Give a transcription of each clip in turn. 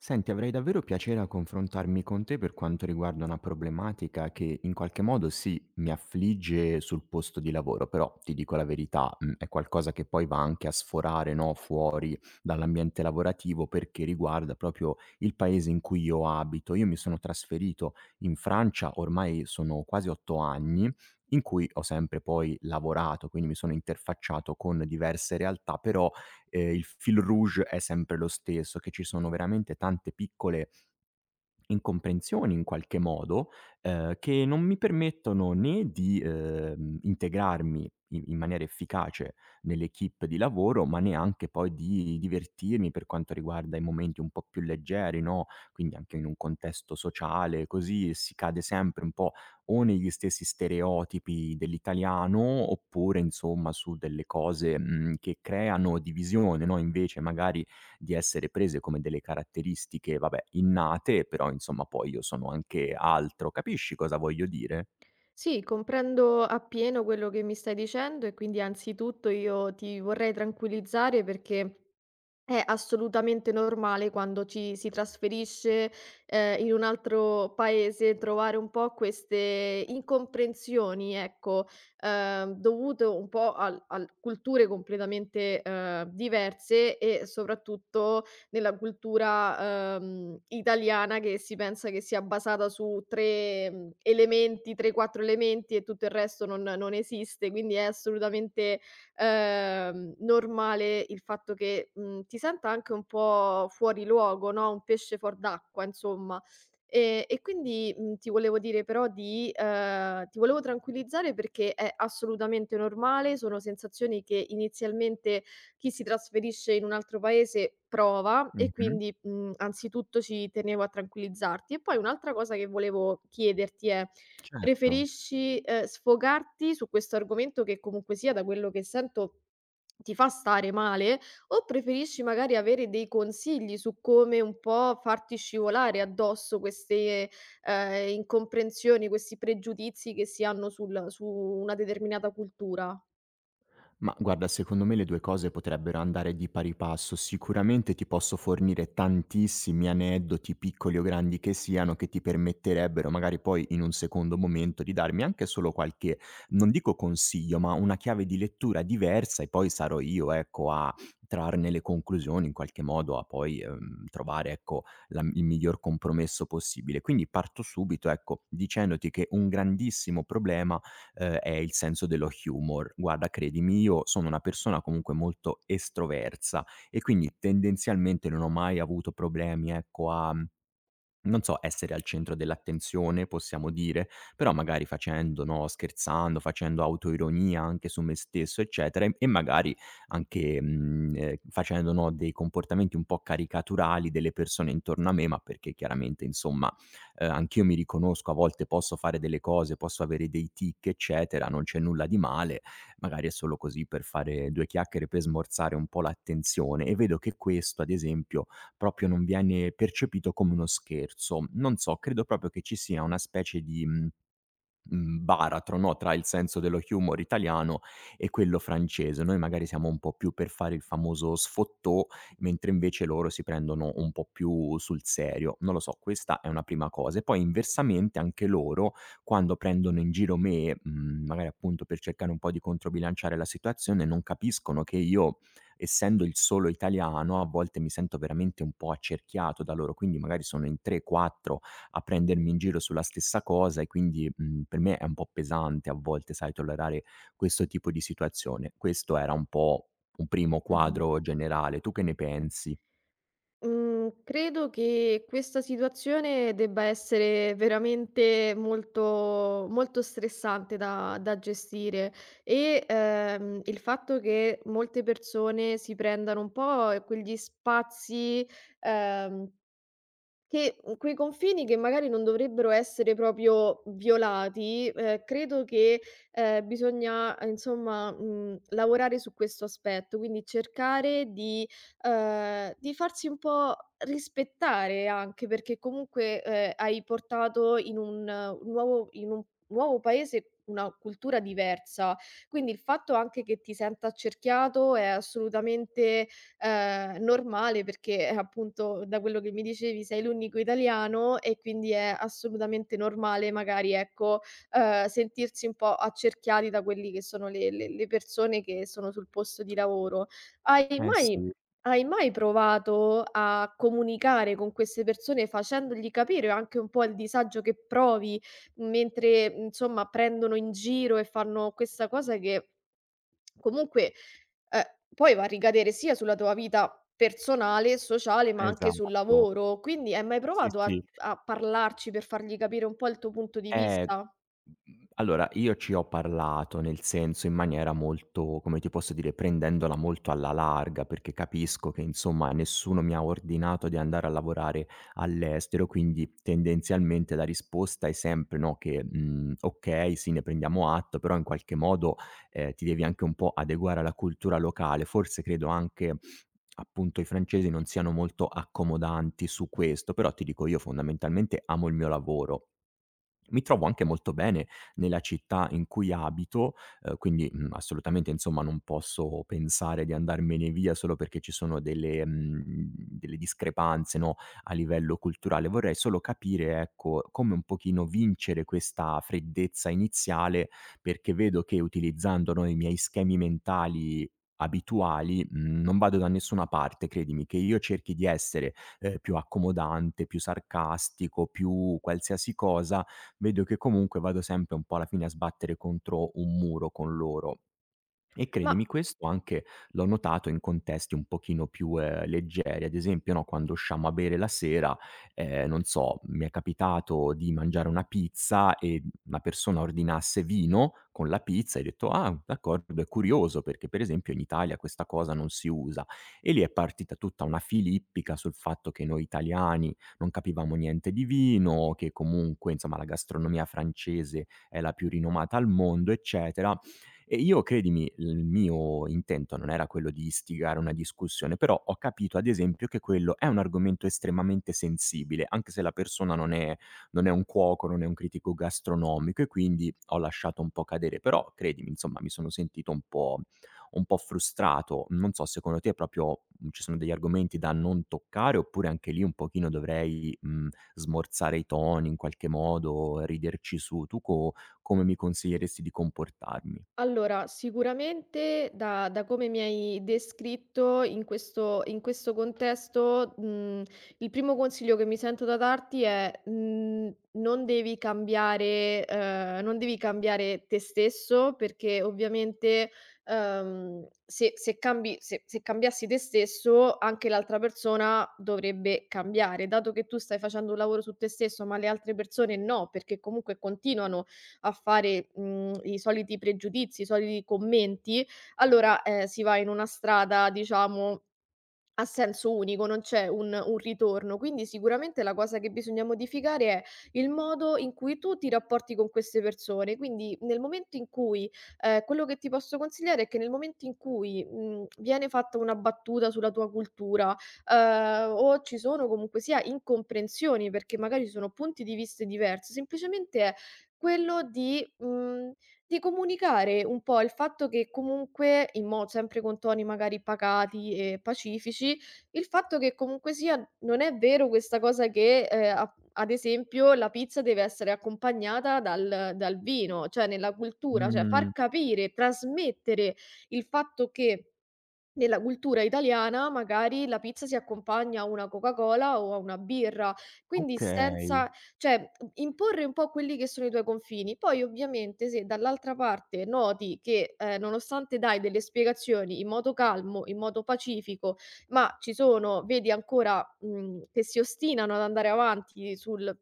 Senti, avrei davvero piacere a confrontarmi con te per quanto riguarda una problematica che in qualche modo sì, mi affligge sul posto di lavoro, però ti dico la verità, è qualcosa che poi va anche a sforare, no, fuori dall'ambiente lavorativo perché riguarda proprio il paese in cui io abito. Io mi sono trasferito in Francia, ormai sono quasi 8 anni. In cui ho sempre poi lavorato, quindi mi sono interfacciato con diverse realtà, però il fil rouge è sempre lo stesso, che ci sono veramente tante piccole incomprensioni in qualche modo, che non mi permettono né di, integrarmi in maniera efficace nell'equipe di lavoro, ma neanche poi di divertirmi per quanto riguarda i momenti un po' più leggeri, no, quindi anche in un contesto sociale così si cade sempre un po' o negli stessi stereotipi dell'italiano oppure insomma su delle cose, che creano divisione, no, invece magari di essere prese come delle caratteristiche, vabbè, innate, però insomma poi io sono anche altro. Capisci cosa voglio dire? Sì, comprendo appieno quello che mi stai dicendo e quindi anzitutto io ti vorrei tranquillizzare perché è assolutamente normale quando ci si trasferisce, in un altro paese trovare un po' queste incomprensioni, ecco, dovute un po' al culture completamente, diverse e soprattutto nella cultura, italiana, che si pensa che sia basata su 3, elementi, 3, 4 elementi, e tutto il resto non esiste. Quindi è assolutamente normale il fatto che, ti senta anche un po' fuori luogo, no, un pesce fuor d'acqua insomma. E quindi, ti volevo dire però di ti volevo tranquillizzare, perché è assolutamente normale, sono sensazioni che inizialmente chi si trasferisce in un altro paese prova, e Mh-mh, quindi, anzitutto ci tenevo a tranquillizzarti. E poi un'altra cosa che volevo chiederti è: certo. preferisci, sfogarti su questo argomento che comunque sia, da quello che sento, ti fa stare male, o preferisci magari avere dei consigli su come un po' farti scivolare addosso queste, incomprensioni, questi pregiudizi che si hanno sul su una determinata cultura? Ma guarda, secondo me le 2 cose potrebbero andare di pari passo. Sicuramente ti posso fornire tantissimi aneddoti, piccoli o grandi che siano, che ti permetterebbero magari poi in un secondo momento di darmi anche solo qualche, non dico consiglio, ma una chiave di lettura diversa e poi sarò io, ecco, a trarne le conclusioni in qualche modo, a poi, trovare, ecco, la il miglior compromesso possibile. Quindi parto subito, ecco, dicendoti che un grandissimo problema è il senso dello humor. Guarda credimi, io sono una persona comunque molto estroversa e quindi tendenzialmente non ho mai avuto problemi, ecco, a non so, essere al centro dell'attenzione, possiamo dire, però magari facendo no, scherzando, facendo autoironia anche su me stesso, eccetera, e magari anche, facendo, no, dei comportamenti un po' caricaturali delle persone intorno a me, ma perché chiaramente insomma, anch'io mi riconosco, a volte posso fare delle cose, posso avere dei tic, eccetera, non c'è nulla di male, magari è solo così per fare 2 chiacchiere, per smorzare un po' l'attenzione e vedo che questo ad esempio proprio non viene percepito come uno scherzo. Non so, credo proprio che ci sia una specie di, baratro, no, tra il senso dello humor italiano e quello francese. Noi magari siamo un po' più per fare il famoso sfottò, mentre invece loro si prendono un po' più sul serio. Non lo so, questa è una prima cosa. E poi inversamente anche loro, quando prendono in giro me, magari appunto per cercare un po' di controbilanciare la situazione, non capiscono che io, essendo il solo italiano, a volte mi sento veramente un po' accerchiato da loro, quindi magari sono in 3, 4 a prendermi in giro sulla stessa cosa e quindi, per me è un po' pesante a volte, sai, tollerare questo tipo di situazione. Questo era un po' un primo Mh-mh. quadro generale. Tu che ne pensi? Mhmm, Credo che questa situazione debba essere veramente molto stressante da gestire e, il fatto che molte persone si prendano un po' quegli spazi, ehm che, quei confini che magari non dovrebbero essere proprio violati, credo che, bisogna, insomma, lavorare su questo aspetto, quindi cercare di farsi un po' rispettare anche, perché comunque, hai portato in un nuovo in un nuovo paese una cultura diversa. Quindi il fatto anche che ti senta accerchiato è assolutamente, normale perché, appunto, da quello che mi dicevi sei l'unico italiano, e quindi è assolutamente normale magari, ecco, sentirsi un po' accerchiati da quelli che sono le persone che sono sul posto di lavoro. Hai Eh mai sì, hai mai provato a comunicare con queste persone facendogli capire anche un po' il disagio che provi mentre, insomma, prendono in giro e fanno questa cosa che comunque eh, poi va a ricadere sia sulla tua vita personale, sociale, ma anche sul esatto. lavoro. Quindi hai mai Sì, provato a sì. a parlarci per fargli capire un po' il tuo punto di Eh, vista? Allora io ci ho parlato, nel senso in maniera molto, come ti posso dire, prendendola molto alla larga, perché capisco che insomma nessuno mi ha ordinato di andare a lavorare all'estero, quindi tendenzialmente la risposta è sempre, no, che, okay, sì ne prendiamo atto, però in qualche modo, ti devi anche un po' adeguare alla cultura locale. Forse credo anche, appunto, i francesi non siano molto accomodanti su questo, però ti dico io fondamentalmente amo il mio lavoro. Mi trovo anche molto bene nella città in cui abito, quindi, assolutamente insomma non posso pensare di andarmene via solo perché ci sono delle discrepanze, no, a livello culturale. Vorrei solo capire, ecco, come un pochino vincere questa freddezza iniziale, perché vedo che utilizzando, no, i miei schemi mentali abituali, non vado da nessuna parte, credimi, che io cerchi di essere, più accomodante, più sarcastico, più qualsiasi cosa, vedo che comunque vado sempre un po' alla fine a sbattere contro un muro con loro. E Ma credimi questo anche l'ho notato in contesti un pochino più, leggeri, ad esempio, no, quando usciamo a bere la sera, non so, mi è capitato di mangiare una pizza e una persona ordinasse vino con la pizza e ho detto: "Ah, d'accordo, è curioso perché per esempio in Italia questa cosa non si usa". E lì è partita tutta una filippica sul fatto che noi italiani non capivamo niente di vino, che comunque, insomma, la gastronomia francese è la più rinomata al mondo, eccetera. E io credimi, il mio intento non era quello di istigare una discussione, però ho capito ad esempio che quello è un argomento estremamente sensibile, anche se la persona non è un cuoco, non è un critico gastronomico e quindi ho lasciato un po' cadere. Però credimi, insomma, mi sono sentito un po' frustrato. Non so, secondo te proprio, ci sono degli argomenti da non toccare oppure anche lì un pochino dovrei, smorzare i toni in qualche modo, riderci su? Tu co come mi consiglieresti di comportarmi? Allora, sicuramente da come mi hai descritto in questo contesto, il primo consiglio che mi sento da darti è, non devi cambiare non devi cambiare te stesso, perché ovviamente, se se cambi se cambiassi te stesso anche l'altra persona dovrebbe cambiare. Dato che tu stai facendo un lavoro su te stesso, ma le altre persone no, perché comunque continuano a fare, i soliti pregiudizi, i soliti commenti, allora, si va in una strada diciamo a senso unico, non c'è un ritorno. Quindi sicuramente la cosa che bisogna modificare è il modo in cui tu ti rapporti con queste persone. Quindi nel momento in cui quello che ti posso consigliare è che nel momento in cui, viene fatta una battuta sulla tua cultura, o ci sono comunque sia incomprensioni, perché magari ci sono punti di viste diversi, semplicemente è quello di, di comunicare un po' il fatto che comunque, in mo sempre con toni magari pacati e pacifici, il fatto che comunque sia non è vero questa cosa che, a ad esempio, la pizza deve essere accompagnata dal vino, cioè nella cultura, cioè Mh, far capire, trasmettere il fatto che nella cultura italiana magari la pizza si accompagna a una Coca-Cola o a una birra, quindi okay. senza cioè, imporre un po' quelli che sono i tuoi confini. Poi ovviamente se dall'altra parte noti che, nonostante dai delle spiegazioni in modo calmo, in modo pacifico, ma ci sono vedi ancora, che si ostinano ad andare avanti sul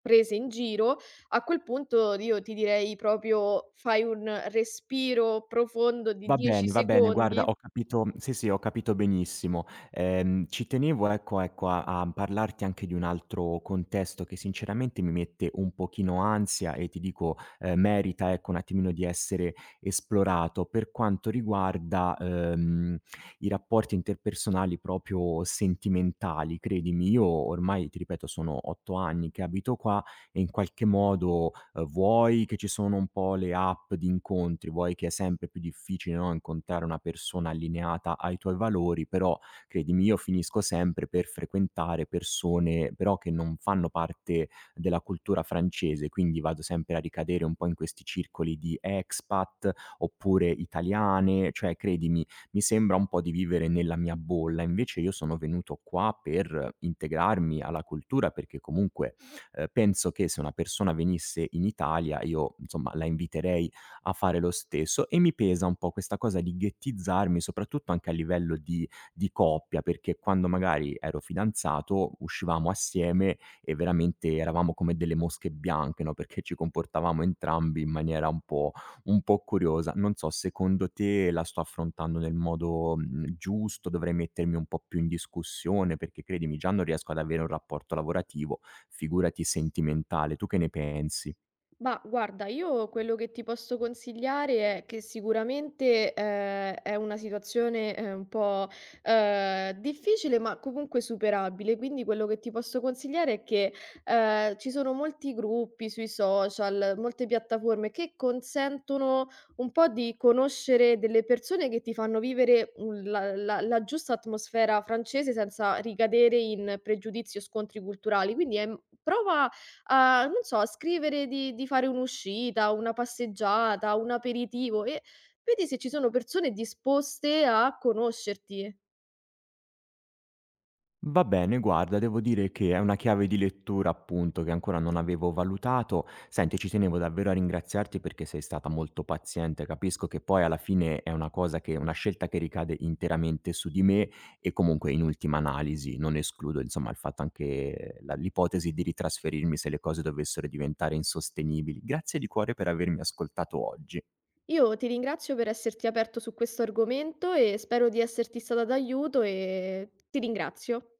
prese in giro, a quel punto io ti direi proprio fai un respiro profondo di 10 Va bene, guarda secondi. ho capito sì, sì, ho capito benissimo. Ci tenevo ecco ecco a parlarti anche di un altro contesto che sinceramente mi mette un pochino ansia e ti dico, merita ecco un attimino di essere esplorato, per quanto riguarda, i rapporti interpersonali proprio sentimentali. Credimi, io ormai, ti ripeto, sono 8 anni che abito qua e in qualche modo, vuoi che ci sono un po' le app di incontri, vuoi che è sempre più difficile, no, incontrare una persona allineata ai tuoi valori, però credimi io finisco sempre per frequentare persone però che non fanno parte della cultura francese, quindi vado sempre a ricadere un po' in questi circoli di expat oppure italiane, cioè credimi, mi sembra un po' di vivere nella mia bolla. Invece io sono venuto qua per integrarmi alla cultura, perché comunque penso che se una persona venisse in Italia io, insomma, la inviterei a fare lo stesso e mi pesa un po' questa cosa di ghettizzarmi, soprattutto anche a livello di coppia, perché quando magari ero fidanzato uscivamo assieme e veramente eravamo come delle mosche bianche, no, perché ci comportavamo entrambi in maniera un po' curiosa. Non so, secondo te la sto affrontando nel modo, giusto? Dovrei mettermi un po' più in discussione? Perché credimi, già non riesco ad avere un rapporto lavorativo, figurati sentimentale. Tu che ne pensi? Ma guarda, io quello che ti posso consigliare è che sicuramente, è una situazione, un po', difficile ma comunque superabile, quindi quello che ti posso consigliare è che, ci sono molti gruppi sui social, molte piattaforme che consentono un po' di conoscere delle persone che ti fanno vivere un la giusta atmosfera francese senza ricadere in pregiudizi o scontri culturali. Quindi è prova a non so, a scrivere di fare un'uscita, una passeggiata, un aperitivo, e vedi se ci sono persone disposte a conoscerti. Va bene, guarda, devo dire che è una chiave di lettura, appunto, che ancora non avevo valutato. Senti, ci tenevo davvero a ringraziarti perché sei stata molto paziente. Capisco che poi alla fine è una cosa che una scelta che ricade interamente su di me e comunque in ultima analisi non escludo, insomma, il fatto anche l'ipotesi di ritrasferirmi se le cose dovessero diventare insostenibili. Grazie di cuore per avermi ascoltato oggi. Io ti ringrazio per esserti aperto su questo argomento e spero di esserti stata d'aiuto, e ti ringrazio.